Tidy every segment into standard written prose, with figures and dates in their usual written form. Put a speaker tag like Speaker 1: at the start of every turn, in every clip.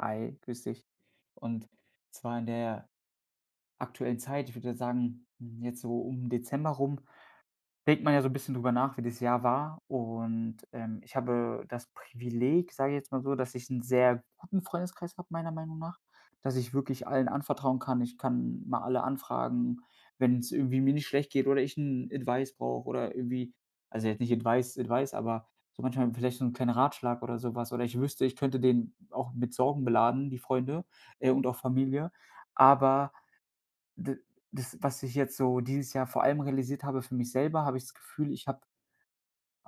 Speaker 1: Hi, grüß dich. Und zwar in der aktuellen Zeit, ich würde sagen, jetzt so um Dezember rum, denkt man ja so ein bisschen drüber nach, wie das Jahr war und, ich habe das Privileg, sage ich jetzt mal so, dass ich einen sehr guten Freundeskreis habe, meiner Meinung nach, dass ich wirklich allen anvertrauen kann. Ich kann mal alle anfragen, wenn es irgendwie mir nicht schlecht geht oder ich einen Advice brauche oder irgendwie. Also, jetzt nicht Advice Advice, aber so manchmal vielleicht so 'n kleinen Ratschlag oder sowas, oder ich wüsste, ich könnte den auch mit Sorgen beladen, die Freunde, und auch Familie, aber D das, was ich jetzt so dieses Jahr vor allem realisiert habe für mich selber, habe ich das Gefühl. Ich habe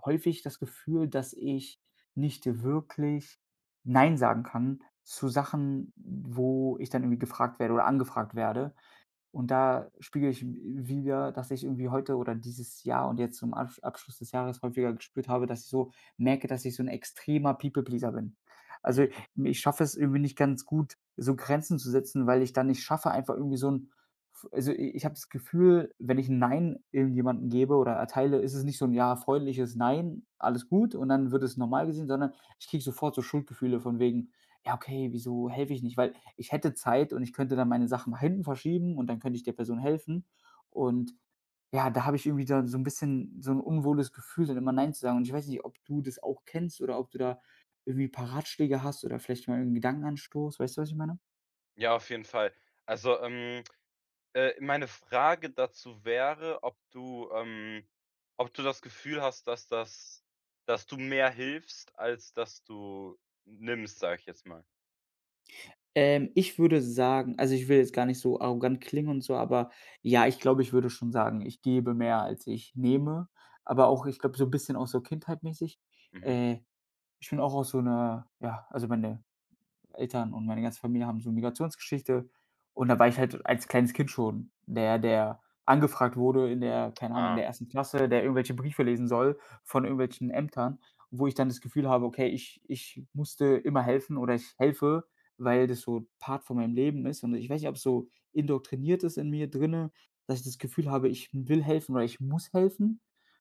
Speaker 1: häufig das Gefühl, dass ich nicht wirklich nein sagen kann zu Sachen, wo ich dann irgendwie gefragt werde oder angefragt werde. Und da spiegel ich wider, dass ich irgendwie heute oder dieses Jahr und jetzt zum Abschluss des Jahres häufiger gespürt habe, dass ich so merke, dass ich so ein extremer People Pleaser bin. Also,
Speaker 2: Mhm.
Speaker 1: ich schaffe es irgendwie nicht ganz gut, so Grenzen zu setzen, weil ich dann nicht schaffe, einfach irgendwie so ein. Also, i ich habe das Gefühl, wenn ich ein „Nein" irgendjemandem gebe oder erteile, ist es nicht so ein ja, freundliches „Nein, alles gut" und dann wird es normal gesehen, sondern ich kriege sofort so Schuldgefühle von wegen: „Ja, okay, wieso helfe ich nicht?" Weil ich hätte Zeit und ich könnte dann meine Sachen nach hinten verschieben und dann könnte ich der Person helfen. Und ja, da habe ich irgendwie dann so ein bisschen so 'n unwohles Gefühl, dann immer nein zu sagen. Und ich weiß nicht, ob du das auch kennst oder ob du da irgendwie ein paar Ratschläge hast oder vielleicht mal 'n Gedankenanstoß. Weißt du, was ich meine?
Speaker 2: Ja, auf jeden Fall. Also, ähm, meine Frage dazu wäre, ob du das Gefühl hast, dass du mehr hilfst, als dass du nimmst, sage ich jetzt mal.
Speaker 1: Ich würde sagen also, ich will jetzt gar nicht so arrogant klingen und so, aber ja, ich glaube, ich würde schon sagen, ich gebe mehr, als ich nehme. Aber auch, ich glaube, so ein bisschen auch so kindheitmäßig.
Speaker 2: Mhm.
Speaker 1: Äh, Ich bin auch aus so einer ja, also, meine Eltern und meine ganze Familie haben so 'ne Migrationsgeschichte. Und da war ich halt als kleines Kind schon der, der angefragt wurde in der keine Ahnung, in der
Speaker 2: Ah,
Speaker 1: ersten Klasse, der irgendwelche Briefe lesen soll von irgendwelchen Ämtern, wo ich dann das Gefühl habe: „Okay, ich musste immer helfen oder ich helfe, weil das so Part von meinem Leben ist." Und ich weiß nicht, ob's so indoktriniert ist in mir drinnen, dass ich das Gefühl habe, ich will helfen oder ich muss helfen,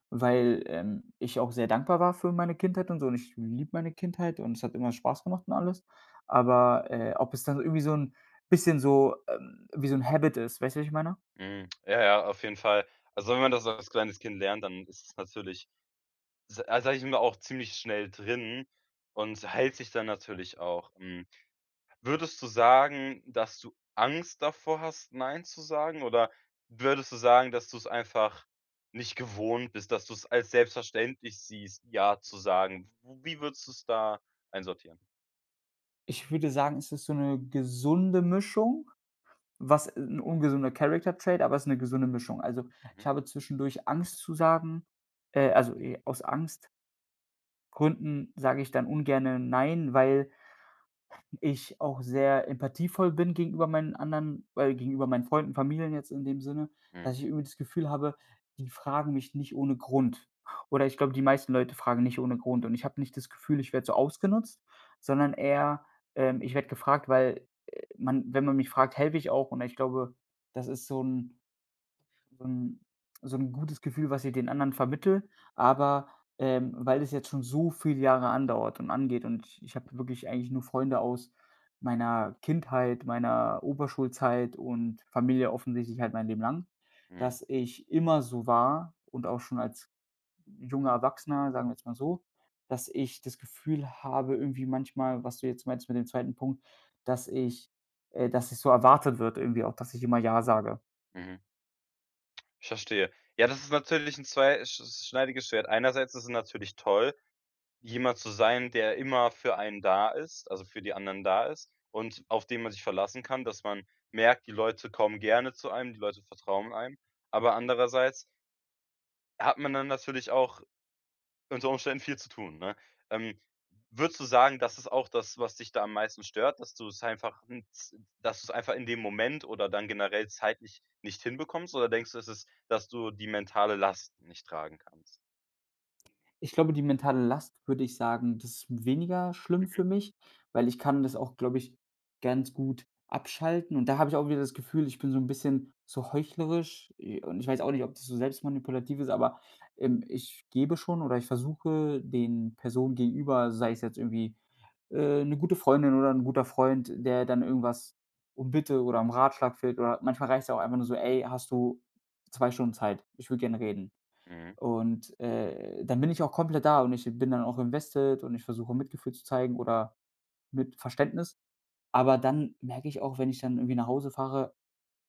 Speaker 1: weil, ich auch sehr dankbar war für meine Kindheit und so und ich liebe meine Kindheit und es hat immer Spaß gemacht und alles. Aber, ob es dann irgendwie so ein bisschen so, wie so ein Habit ist, weißt du, wie ich meine?
Speaker 2: mhm. Ja, auf jeden Fall. Also, wenn man das als kleines Kind lernt, dann ist es natürlich, sa sage ich mal, auch ziemlich schnell drin und hält sich dann natürlich auch. Hm. Würdest du sagen, dass du Angst davor hast, nein zu sagen? Oder würdest du sagen, dass du es einfach nicht gewohnt bist, dass du es als selbstverständlich siehst, ja zu sagen? W Wie würdest du es da einsortieren?
Speaker 1: Ich würde sagen, es ist so eine gesunde Mischung, was ein ungesunder Character Trait, aber es ist eine gesunde Mischung. Also,
Speaker 2: Mhm,
Speaker 1: ich habe zwischendurch Angst zu sagen, also, aus Angstgründen sage ich dann ungerne „Nein", weil ich auch sehr empathievoll bin gegenüber meinen anderen gegenüber meinen Freunden, Familien jetzt in dem Sinne,
Speaker 2: mhm,
Speaker 1: dass ich irgendwie das Gefühl habe, die fragen mich nicht ohne Grund. Oder ich glaube, die meisten Leute fragen nicht ohne Grund. Und ich habe nicht das Gefühl, ich werde so ausgenutzt, sondern eher, ich werde gefragt, weil, man wenn man mich fragt, helfe ich auch. Und ich glaube, das ist so ein so 'n so 'n gutes Gefühl, was ich den anderen vermittle, aber, weil es jetzt schon so viele Jahre andauert und angeht und ich habe wirklich eigentlich nur Freunde aus meiner Kindheit, meiner Oberschulzeit und Familie offensichtlich halt mein Leben lang,
Speaker 2: mhm,
Speaker 1: dass ich immer so war und auch schon als junger Erwachsener, sagen wir jetzt mal so, dass ich das Gefühl habe irgendwie manchmal, was du jetzt meinst mit dem zweiten Punkt, dass ich dass es so erwartet wird irgendwie auch, dass ich immer „ja" sage.
Speaker 2: mhm. Ich verstehe. Ja, das ist natürlich ein zweischneidiges Schwert. Einerseits ist es natürlich toll, jemand zu sein, der immer für einen da ist, also für die anderen da ist und auf den man sich verlassen kann, dass man merkt, die Leute kommen gerne zu einem, die Leute vertrauen einem. Aber andererseits hat man dann natürlich auch unter Umständen viel zu tun, ne? Ähm, würdest du sagen, das ist auch das, was dich da am meisten stört, dass du es einfach n z dass du's einfach in dem Moment oder dann generell zeitlich nicht hinbekommst? Oder denkst du, es ist, dass du die mentale Last nicht tragen kannst?
Speaker 1: Ich glaube, die mentale Last würde ich sagen, das ist weniger schlimm für
Speaker 2: Mhm.
Speaker 1: mich, weil ich kann das auch, glaube ich, ganz gut abschalten. Und da habe ich auch wieder das Gefühl, ich bin so ein bisschen so heuchlerisch, und ich weiß auch nicht, ob das so selbstmanipulativ ist, aber, ich gebe schon oder ich versuche den Personen gegenüber, sei es jetzt irgendwie, 'ne gute Freundin oder ein guter Freund, der dann irgendwas um Bitte oder um Ratschlag fällt oder manchmal reicht's ja auch einfach nur so: „Ey, hast du 2 Stunden Zeit? Ich will gerne reden."
Speaker 2: Mhm.
Speaker 1: Und, dann bin ich auch komplett da und ich bin dann auch invested und ich versuche, Mitgefühl zu zeigen oder mit Verständnis. Aber dann merke ich auch, wenn ich dann irgendwie nach Hause fahre,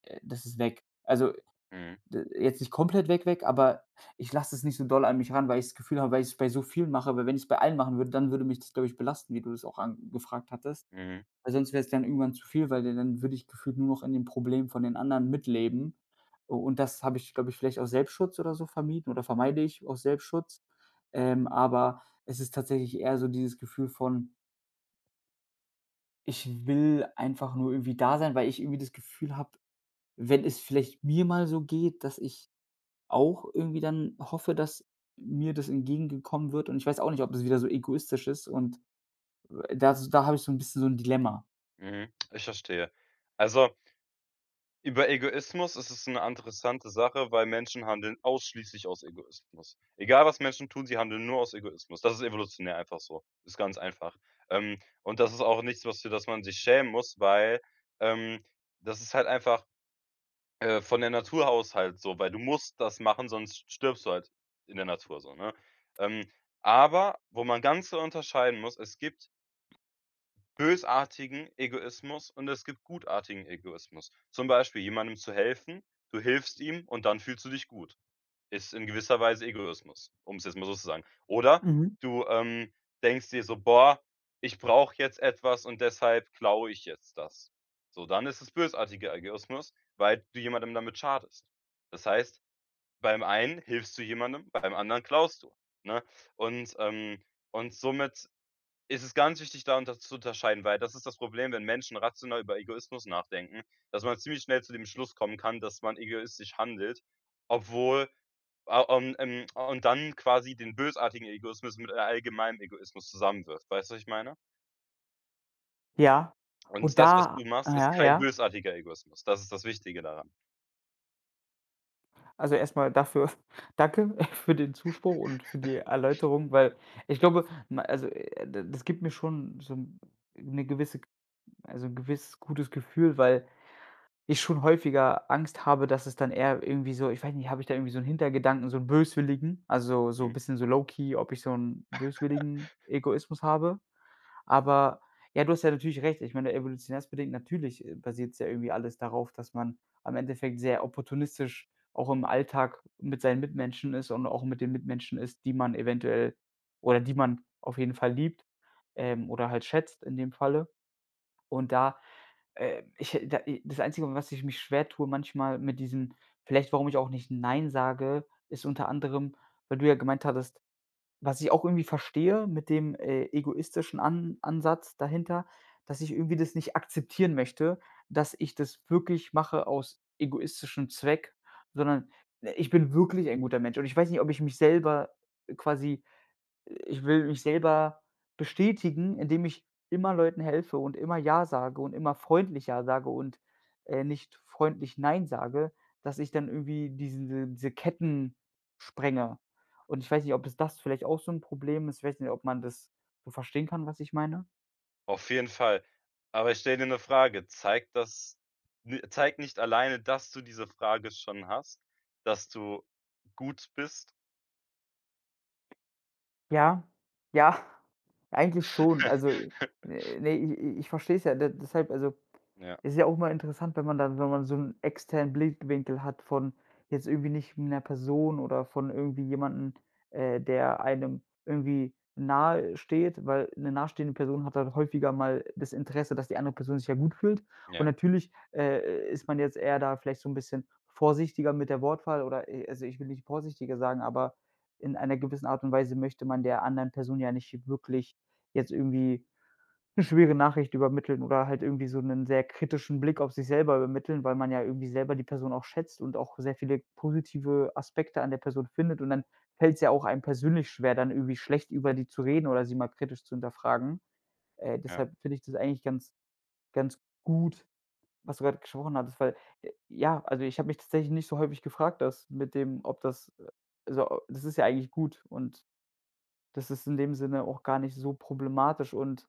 Speaker 1: das ist weg. Also,
Speaker 2: Mhm.
Speaker 1: d jetzt nicht komplett weg, weg, aber ich lasse es nicht so doll an mich ran, weil ich das Gefühl habe weil ich es bei so vielen mache, weil wenn ich es bei allen machen würde, dann würde mich das, glaube ich, belasten, wie du das auch an gefragt hattest.
Speaker 2: Mhm.
Speaker 1: Weil sonst wäre es dann irgendwann zu viel, weil dann würde ich gefühlt nur noch in dem Problem von den anderen mitleben. Und das habe ich, glaube ich, vielleicht aus Selbstschutz oder so vermieden oder vermeide ich aus Selbstschutz. Aber es ist tatsächlich eher so dieses Gefühl von: „Ich will einfach nur irgendwie da sein", weil ich irgendwie das Gefühl habe, wenn es vielleicht mir mal so geht, dass ich auch irgendwie dann hoffe, dass mir das entgegengekommen wird und ich weiß auch nicht, ob das wieder so egoistisch ist und, das da habe ich so ein bisschen so ein Dilemma.
Speaker 2: Mhm, ich verstehe. Also, über Egoismus ist es eine interessante Sache, weil Menschen handeln ausschließlich aus Egoismus. Egal, was Menschen tun, sie handeln nur aus Egoismus. Das ist evolutionär einfach so. Ist ganz einfach. Und das ist auch nichts, was, für das man sich schämen muss, weil, ähm, das ist halt einfach, von der Natur aus halt so, weil du musst das machen, sonst stirbst du halt in der Natur so, ne? Ähm, aber wo man ganz so unterscheiden muss, es gibt bösartigen Egoismus und es gibt gutartigen Egoismus. Zum Beispiel jemandem zu helfen, du hilfst ihm und dann fühlst du dich gut. Ist in gewisser Weise Egoismus, um es jetzt mal so zu sagen. Oder
Speaker 1: Mhm.
Speaker 2: du, denkst dir so: „Boah, ich brauche jetzt etwas und deshalb klaue ich jetzt das.“ So, dann ist es bösartiger Egoismus, weil du jemandem damit schadest. Das heißt, beim einen hilfst du jemandem, beim anderen klaust du, ne? Und und somit ist es ganz wichtig, da unterscheiden, weil das ist das Problem, wenn Menschen rational über Egoismus nachdenken, dass man ziemlich schnell zu dem Schluss kommen kann, dass man egoistisch handelt, obwohl a und dann quasi den bösartigen Egoismus mit allgemeinem Egoismus zusammenwirft. Weißt du, was ich meine?
Speaker 1: Ja.
Speaker 2: Und
Speaker 1: Und
Speaker 2: das, was
Speaker 1: da
Speaker 2: du machst, ist
Speaker 1: Ja,
Speaker 2: kein
Speaker 1: ja.
Speaker 2: bösartiger Egoismus. Das ist das Wichtige daran.
Speaker 1: Also, erstmal dafür danke für den Zuspruch und für die Erläuterung, weil ich glaube, ma also, d das gibt mir schon so 'n 'ne gewisse, also, ein gewisses gutes Gefühl, weil ich schon häufiger Angst habe, dass es dann eher irgendwie so, ich weiß nicht, habe ich da irgendwie so einen Hintergedanken, so einen böswilligen, also, so ein
Speaker 2: Mhm.
Speaker 1: bisschen so low-key, ob ich so einen böswilligen Egoismus habe? Aber ja, du hast ja natürlich recht. Ich meine, evolutionärsbedingt natürlich, basiert es ja irgendwie alles darauf, dass man am Endeffekt sehr opportunistisch auch im Alltag mit seinen Mitmenschen ist und auch mit den Mitmenschen ist, die man eventuell oder die man auf jeden Fall liebt, oder halt schätzt in dem Falle. Und da, ich da i das Einzige, was ich mich schwer tue manchmal mit diesem, vielleicht warum ich auch nicht „Nein" sage, ist unter anderem, weil du ja gemeint hattest, was ich auch irgendwie verstehe, mit dem, egoistischen An Ansatz dahinter, dass ich irgendwie das nicht akzeptieren möchte, dass ich das wirklich mache aus egoistischem Zweck, sondern, ich bin wirklich ein guter Mensch und ich weiß nicht, ob ich mich selber quasi, ich will mich selber bestätigen, indem ich immer Leuten helfe und immer ja sage und immer freundlich ja sage und, nicht freundlich nein sage, dass ich dann irgendwie diese Ketten sprenge. Und ich weiß nicht, ob es das vielleicht auch so ein Problem ist. Ich weiß nicht, ob man das so verstehen kann, was ich meine?
Speaker 2: Auf jeden Fall. Aber ich stelle dir eine Frage, zeigt das n zeigt nicht alleine, dass du diese Frage schon hast, dass du gut bist?
Speaker 1: Ja, ja, eigentlich schon. Also, ne, i ich verstehe es ja de deshalb, also.
Speaker 2: Ja.
Speaker 1: Ist ja auch mal interessant, wenn man dann, wenn man so einen externen Blickwinkel hat von jetzt irgendwie nicht einer Person oder von irgendwie jemanden, der einem irgendwie nahe steht, weil eine nahestehende Person hat halt häufiger mal das Interesse, dass die andere Person sich ja gut fühlt. Und
Speaker 2: Ja,
Speaker 1: natürlich, ist man jetzt eher da vielleicht so ein bisschen vorsichtiger mit der Wortwahl oder, also, ich will nicht vorsichtiger sagen, aber in einer gewissen Art und Weise möchte man der anderen Person ja nicht wirklich jetzt irgendwie 'ne schwere Nachricht übermitteln oder halt irgendwie so 'nen sehr kritischen Blick auf sich selber übermitteln, weil man ja irgendwie selber die Person auch schätzt und auch sehr viele positive Aspekte an der Person findet und dann fällt's ja auch einem persönlich schwer, dann irgendwie schlecht über die zu reden oder sie mal kritisch zu hinterfragen.
Speaker 2: ja,
Speaker 1: Deshalb finde ich das eigentlich ganz ganz gut, was du grad gesprochen hattest, weil, ja, also, ich habe mich tatsächlich nicht so häufig gefragt, das mit dem, ob das also, das ist ja eigentlich gut und das ist in dem Sinne auch gar nicht so problematisch und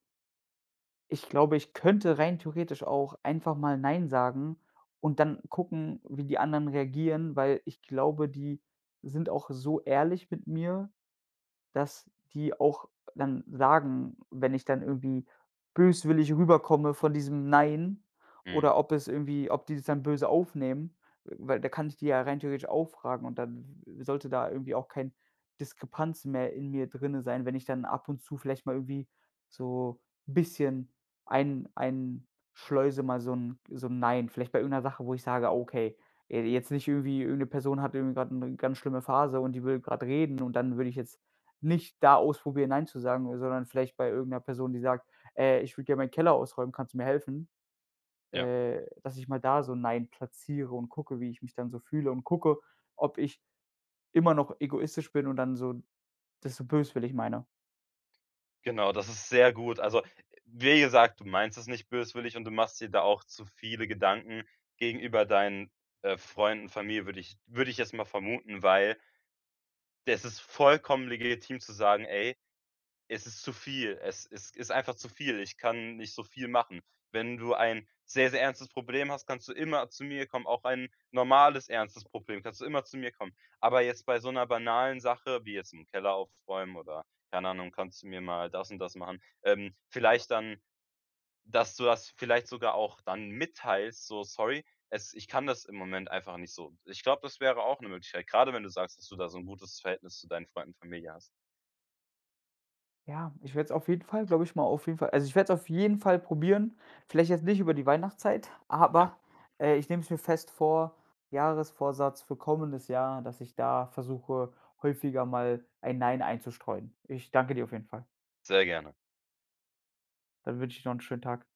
Speaker 1: ich glaube, ich könnte rein theoretisch auch einfach mal „Nein" sagen und dann gucken, wie die anderen reagieren, weil ich glaube, die sind auch so ehrlich mit mir, dass die auch dann sagen, wenn ich dann irgendwie böswillig rüberkomme von diesem „Nein"
Speaker 2: mhm.
Speaker 1: oder ob es irgendwie, ob die das dann böse aufnehmen, weil da kann ich die ja rein theoretisch auch fragen und dann sollte da irgendwie auch kein Diskrepanz mehr in mir drinne sein, wenn ich dann ab und zu vielleicht mal irgendwie so ein bisschen ein schleuse, mal so ein Nein, vielleicht bei irgendeiner Sache, wo ich sage: ah, „Okay, jetzt nicht irgendwie, irgendeine Person hat irgendwie gerade eine ganz schlimme Phase und die will gerade reden" und dann würde ich jetzt nicht da ausprobieren, nein zu sagen, sondern vielleicht bei irgendeiner Person, die sagt: Ich würde gerne meinen Keller ausräumen, kannst du mir helfen?"
Speaker 2: Ja,
Speaker 1: Dass ich mal da so 'n Nein platziere und gucke, wie ich mich dann so fühle und gucke, ob ich immer noch egoistisch bin und dann so das so böswillig meine.
Speaker 2: genau, das ist sehr gut. Also, wie gesagt, du meinst es nicht böswillig und du machst dir da auch zu viele Gedanken gegenüber deinen, Freunden, Familie, würde ich jetzt mal vermuten, weil es ist vollkommen legitim zu sagen: „Ey, es ist zu viel. Es ist einfach zu viel. Ich kann nicht so viel machen. Wenn du ein sehr, sehr ernstes Problem hast, kannst du immer zu mir kommen. Auch ein normales, ernstes Problem, kannst du immer zu mir kommen. Aber jetzt bei so einer banalen Sache, wie jetzt im Keller aufräumen oder, keine Ahnung, kannst du mir mal das und das machen, vielleicht dann, dass du das vielleicht sogar auch dann mitteilst, so: „Sorry, es ich kann das im Moment einfach nicht so.“ Ich glaube, das wäre auch eine Möglichkeit, gerade wenn du sagst, dass du da so ein gutes Verhältnis zu deinen Freunden und Familie hast.
Speaker 1: Ja, ich werde es auf jeden Fall, glaube ich, mal auf jeden Fall, also, ich werde es auf jeden Fall probieren. Vielleicht jetzt nicht über die Weihnachtszeit,
Speaker 2: Ja,
Speaker 1: aber, ich nehme es mir fest vor, Jahresvorsatz für kommendes Jahr, dass ich da versuche, häufiger mal ein Nein einzustreuen. Ich danke dir auf jeden Fall.
Speaker 2: sehr gerne.
Speaker 1: Dann wünsche ich noch 'n schönen Tag.